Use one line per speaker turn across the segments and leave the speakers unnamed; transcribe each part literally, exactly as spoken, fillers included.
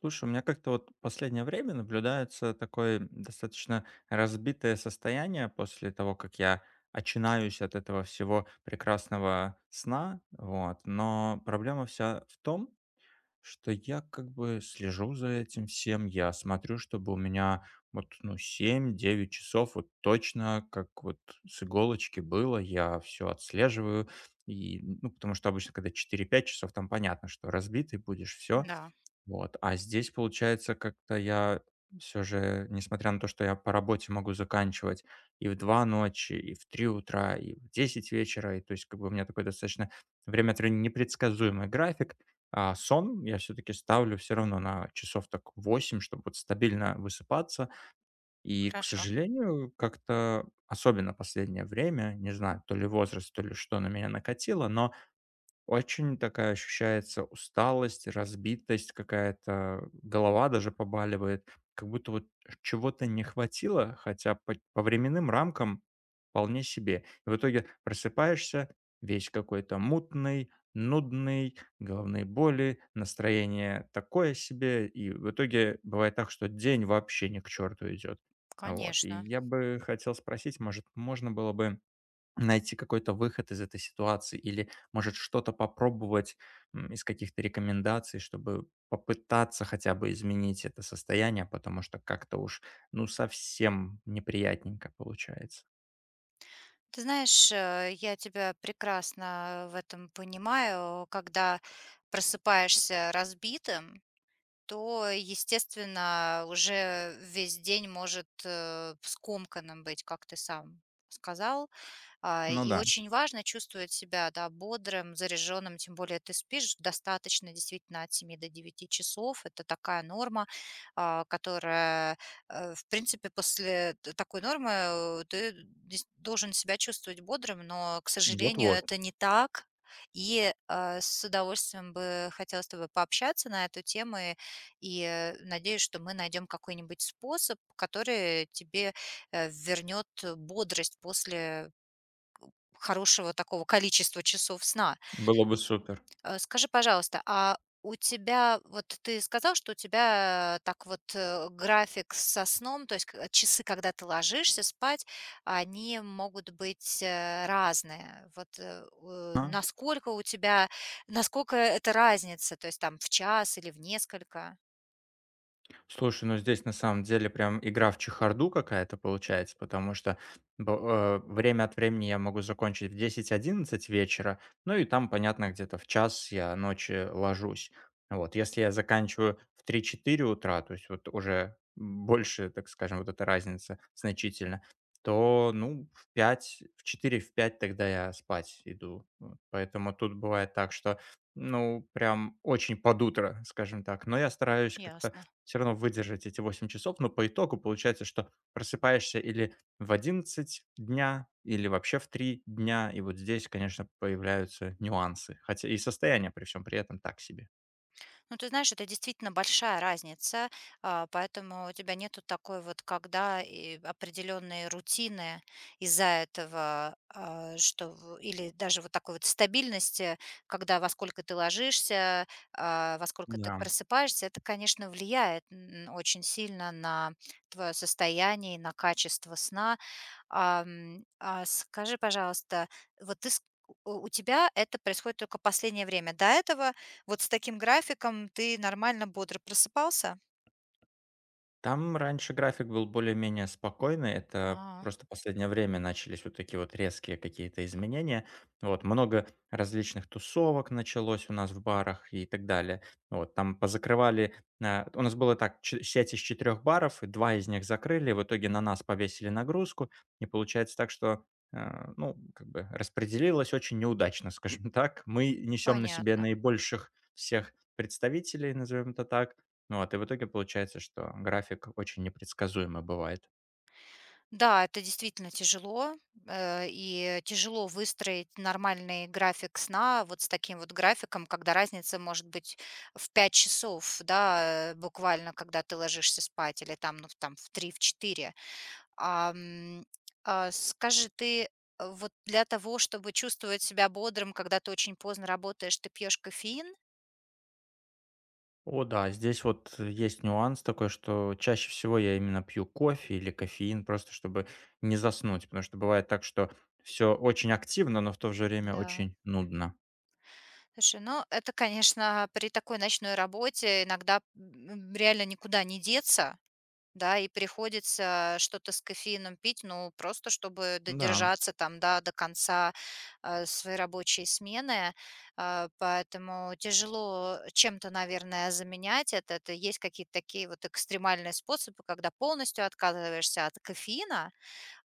Слушай, у меня как-то вот последнее время наблюдается такое достаточно разбитое состояние после того, как я очинаюсь от этого всего прекрасного сна, вот. Но проблема вся в том, что я как бы слежу за этим всем, я смотрю, чтобы у меня вот, ну, семь девять часов вот точно, как вот с иголочки было, я все отслеживаю, и, ну, потому что обычно, когда четыре пять часов, там понятно, что разбитый будешь, все,
Да,
вот. А здесь, получается, как-то я все же, несмотря на то, что я по работе могу заканчивать и в два ночи, и в три утра, и в десять вечера, и то есть как бы у меня такой достаточно время от времени непредсказуемый график, а сон я все таки ставлю все равно на часов так восемь, чтобы вот стабильно высыпаться. И, к
хорошо,
сожалению, как-то, особенно последнее время, не знаю, то ли возраст, то ли что на меня накатило, но очень такая ощущается усталость, разбитость какая-то, голова даже побаливает, как будто вот чего-то не хватило, хотя по, по временным рамкам вполне себе. И в итоге просыпаешься весь какой-то мутный, нудный, головные боли, настроение такое себе, и в итоге бывает так, что день вообще ни к черту идет. Вот. И
конечно.
я бы хотел спросить, может, можно было бы найти какой-то выход из этой ситуации или, может, что-то попробовать, м, из каких-то рекомендаций, чтобы попытаться хотя бы изменить это состояние, потому что как-то уж, ну, совсем неприятненько получается.
Ты знаешь, э, я тебя прекрасно в этом понимаю. Когда просыпаешься разбитым, то, естественно, уже весь день может э, скомканным быть, как ты сам сказал. А,
Ну
и
да,
очень важно чувствовать себя, да, бодрым, заряженным, тем более ты спишь достаточно, действительно, от семи до девяти часов. Это такая норма, а, которая, э, в принципе, после т- такой нормы э, ты дес- должен себя чувствовать бодрым, но, к сожалению,
вот-вот,
это не так. И э, с удовольствием бы хотела с тобой пообщаться на эту тему, и, и, э, надеюсь, что мы найдем какой-нибудь способ, который тебе э, вернет э, бодрость после хорошего такого количества часов сна.
было бы супер.
Э, скажи, пожалуйста, а у тебя, вот ты сказал, что у тебя э, так вот э, график со сном, то есть к- часы, когда ты ложишься спать, они могут быть э, разные. Вот э, э,
А.
насколько у тебя, насколько это разница, то есть там в час или в несколько?
Слушай, ну здесь на самом деле прям игра в чехарду какая-то получается, потому что б- э, время от времени я могу закончить в десять одиннадцать вечера, ну и там, понятно, где-то в час я ночи ложусь. Вот, если я заканчиваю в три четыре утра, то есть вот уже больше, так скажем, вот эта разница значительно, то, ну, в пять, в четыре, в пять тогда я спать иду. Вот, Поэтому тут бывает так, что ну, прям очень под утро, скажем так. Но я стараюсь как-то
Ясно.
все равно выдержать эти восемь часов, но по итогу получается, что просыпаешься или в одиннадцать дня, или вообще в три дня. И вот здесь, конечно, появляются нюансы, хотя и состояние при всем при этом так себе.
Ну, ты знаешь, это действительно большая разница, а, поэтому у тебя нету такой вот, когда и определенные рутины из-за этого, а, что в- или даже вот такой вот стабильности, когда во сколько ты ложишься, а, во сколько ты
Да.
просыпаешься, это, конечно, влияет н- очень сильно на твое состояние, и на качество сна. Ам, а, скажи, пожалуйста, вот ты ск у у тебя это происходит только последнее время. До этого вот с таким графиком ты нормально бодро просыпался?
Там раньше график был более-менее спокойный. Это
А,
просто последнее время начались вот такие вот резкие какие-то изменения. Вот много различных тусовок началось у нас в барах и так далее. Вот там позакрывали. А, у нас было так че- сеть из четырех баров, и два из них закрыли. В итоге на нас повесили нагрузку, и получается так, что а, ну, как бы распределилось очень неудачно, скажем так. Мы несем на себе
понятно.
наибольших всех представителей, назовем это так, ну вот, и в итоге получается, что график очень непредсказуемый бывает.
Да, это действительно тяжело, э, и тяжело выстроить нормальный график сна вот с таким вот графиком, когда разница может быть в пять часов, да, э, буквально, когда ты ложишься спать, или там, ну, в там в три, в четыре. Ам, а, скажи, ты, э, вот для того, чтобы чувствовать себя бодрым, когда ты очень поздно работаешь, ты пьешь кофеин?
О да, здесь вот э, есть нюанс такой, что чаще всего я именно пью кофе или кофеин просто, чтобы не заснуть, потому что бывает так, что все очень активно, но в то же время
Да.
очень нудно.
Слушай, ну это, конечно, при такой ночной работе иногда, м, реально никуда не деться. Да, и приходится что-то с кофеином пить, ну, просто чтобы
Да,
додержаться там, да, до конца, э, своей рабочей смены. Э, поэтому тяжело чем-то, наверное, заменять это. Это есть какие-то такие вот экстремальные способы, когда полностью отказываешься от кофеина,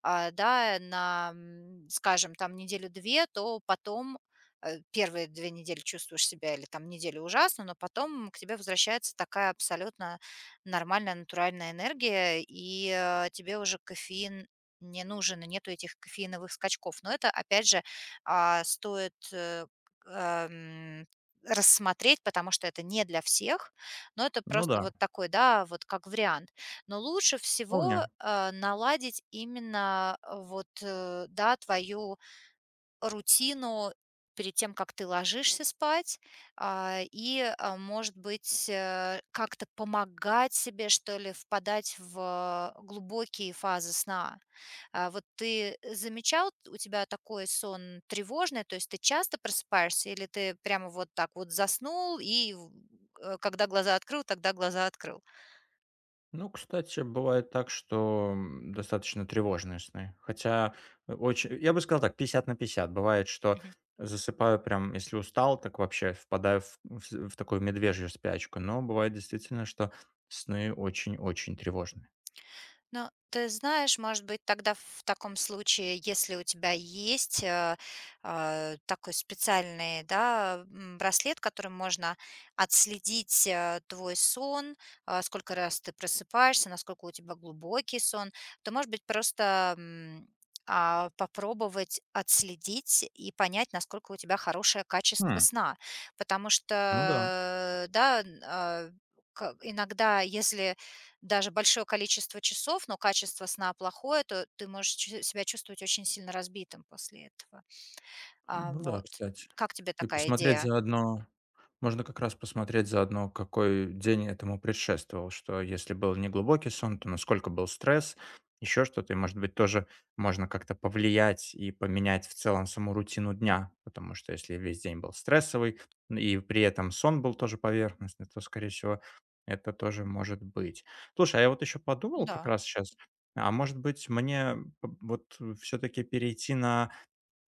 а, да, на, м, скажем, там неделю-две, то потом э, первые две недели чувствуешь себя или там неделю ужасно, но потом к тебе возвращается такая абсолютно нормальная натуральная энергия, и э, тебе уже кофеин не нужен, и нету этих кофеиновых скачков. Но это, опять же, а, стоит э, к- эм, рассмотреть, потому что это не для всех, но это
ну
просто
да,
вот такой, да, вот как вариант. Но лучше всего,
вполне.
э, наладить именно, э, вот, э, да, твою рутину перед тем, как ты ложишься спать, а, и, а, может быть, э, как-то помогать себе, что ли, впадать в глубокие фазы сна. А, вот ты замечал, у тебя такой сон тревожный, то есть ты часто просыпаешься или ты прямо вот так вот заснул и в э, когда глаза открыл, тогда глаза открыл?
Ну, кстати, бывает так, что, м, достаточно тревожные сны. Хотя, э, очень я бы сказал так, пятьдесят на пятьдесят, Бывает, что засыпаю прям, если устал, так вообще впадаю в вс в такую медвежью спячку. Но бывает действительно, что сны очень-очень тревожные.
Ну, ты знаешь, может быть, тогда в таком случае, если у тебя есть э, а, такой специальный, да, м, браслет, которым можно отследить э, твой сон, а, сколько раз ты просыпаешься, насколько у тебя глубокий сон, то, может быть, просто м, а, попробовать отследить и понять, насколько у тебя хорошее качество
Хм,
сна. Потому
ну да.
что, да, н- а, к- иногда, если даже большое количество часов, но качество сна плохое, то ты можешь чу себя чувствовать очень сильно разбитым после этого. А,
Ну да,
вот.
кстати.
Как тебе
И
такая
посмотреть
идея?
заодно можно как раз посмотреть заодно, какой день этому предшествовал, что если был неглубокий сон, то насколько был стресс, еще что-то, и, может быть, тоже можно как-то повлиять и поменять в целом саму рутину дня, потому что если весь день был стрессовый, н- и при этом сон был тоже поверхностный, то, скорее всего, это тоже может быть. Слушай, а я вот еще подумал как
Да,
раз сейчас, а может быть, мне п- вот все-таки перейти на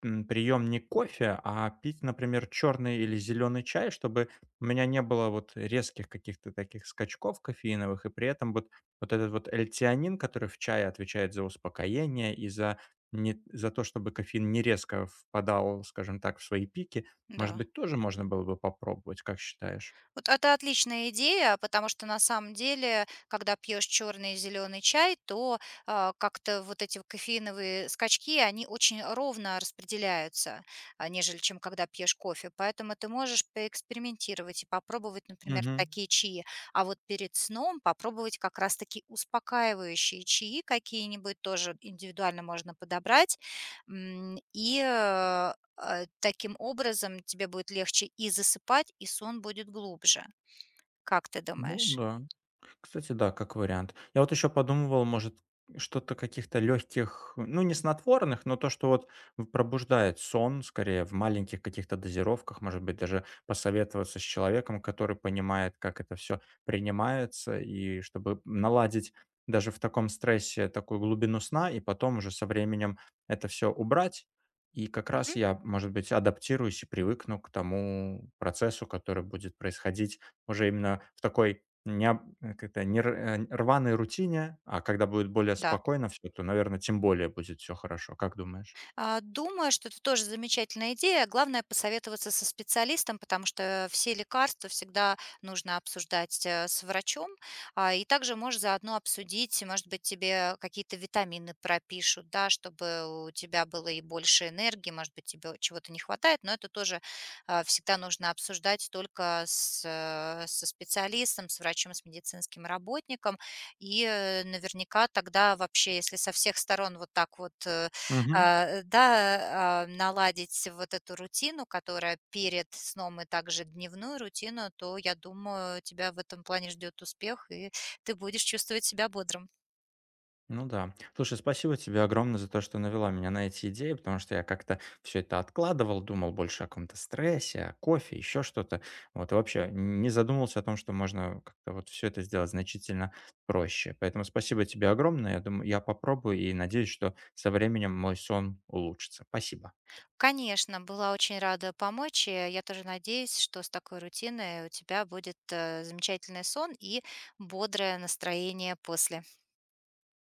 м, прием не кофе, а пить, например, черный или зеленый чай, чтобы у меня не было вот резких каких-то таких скачков кофеиновых, и при этом вот, вот этот вот эльтианин, который в чае отвечает за успокоение и за, не, за то, чтобы кофеин не резко впадал, скажем так, в свои пики, может
да.
быть, тоже можно было бы попробовать, как считаешь?
Вот это отличная идея, потому что на самом деле, когда пьешь черный и зеленый чай, то а, как-то вот эти кофеиновые скачки, они очень ровно распределяются, а, нежели чем когда пьешь кофе. Поэтому ты можешь поэкспериментировать и попробовать, например,
Мгм.
такие чаи. А вот перед сном попробовать как раз таки успокаивающие чаи какие-нибудь тоже индивидуально можно подобрать. М, И э, Э, таким образом тебе будет легче и засыпать, и сон будет глубже. Как ты
Ну
думаешь?
да. Кстати, да, как вариант. Я вот еще подумывал, может, что-то каких-то легких, ну, не снотворных, но то, что вот в- пробуждает сон, скорее, в маленьких каких-то дозировках, может быть, даже посоветоваться с человеком, который понимает, как это все принимается, и чтобы наладить даже в таком стрессе такую глубину сна, и потом уже со временем это все убрать. И как раз
Мгм.
я, может быть, адаптируюсь и привыкну к тому процессу, который будет происходить уже именно в такой не э, как-то не р э, рваной рутине, а когда будет более
Да.
спокойно все, то, наверное, тем более будет все хорошо. Как думаешь?
А, думаю, что это тоже замечательная идея. Главное посоветоваться со специалистом, потому что все лекарства всегда нужно обсуждать э, с врачом. А, и также можешь заодно обсудить, может быть, тебе какие-то витамины пропишут, да, чтобы у тебя было и больше энергии, может быть, тебе чего-то не хватает, но это тоже а, всегда нужно обсуждать только с, э, со специалистом, с врачом, с медицинским работником. И э, наверняка тогда вообще, если со всех сторон вот так вот э,
Мгм.
а, да, а, наладить вот эту рутину, которая перед сном и также дневную рутину, то, я думаю, тебя в этом плане ждет успех, и ты будешь чувствовать себя бодрым.
Ну да. Слушай, спасибо тебе огромное за то, что навела меня на эти идеи, потому что я как-то все это откладывал, думал больше о каком-то стрессе, о кофе, еще что-то. Вот, и вообще не задумывался о том, что можно как-то вот все это сделать значительно проще. Поэтому спасибо тебе огромное. Я думаю, я попробую и надеюсь, что со временем мой сон улучшится. Спасибо.
Конечно, была очень рада помочь. и Я тоже надеюсь, что с такой рутиной у тебя будет э, замечательный сон и бодрое настроение после.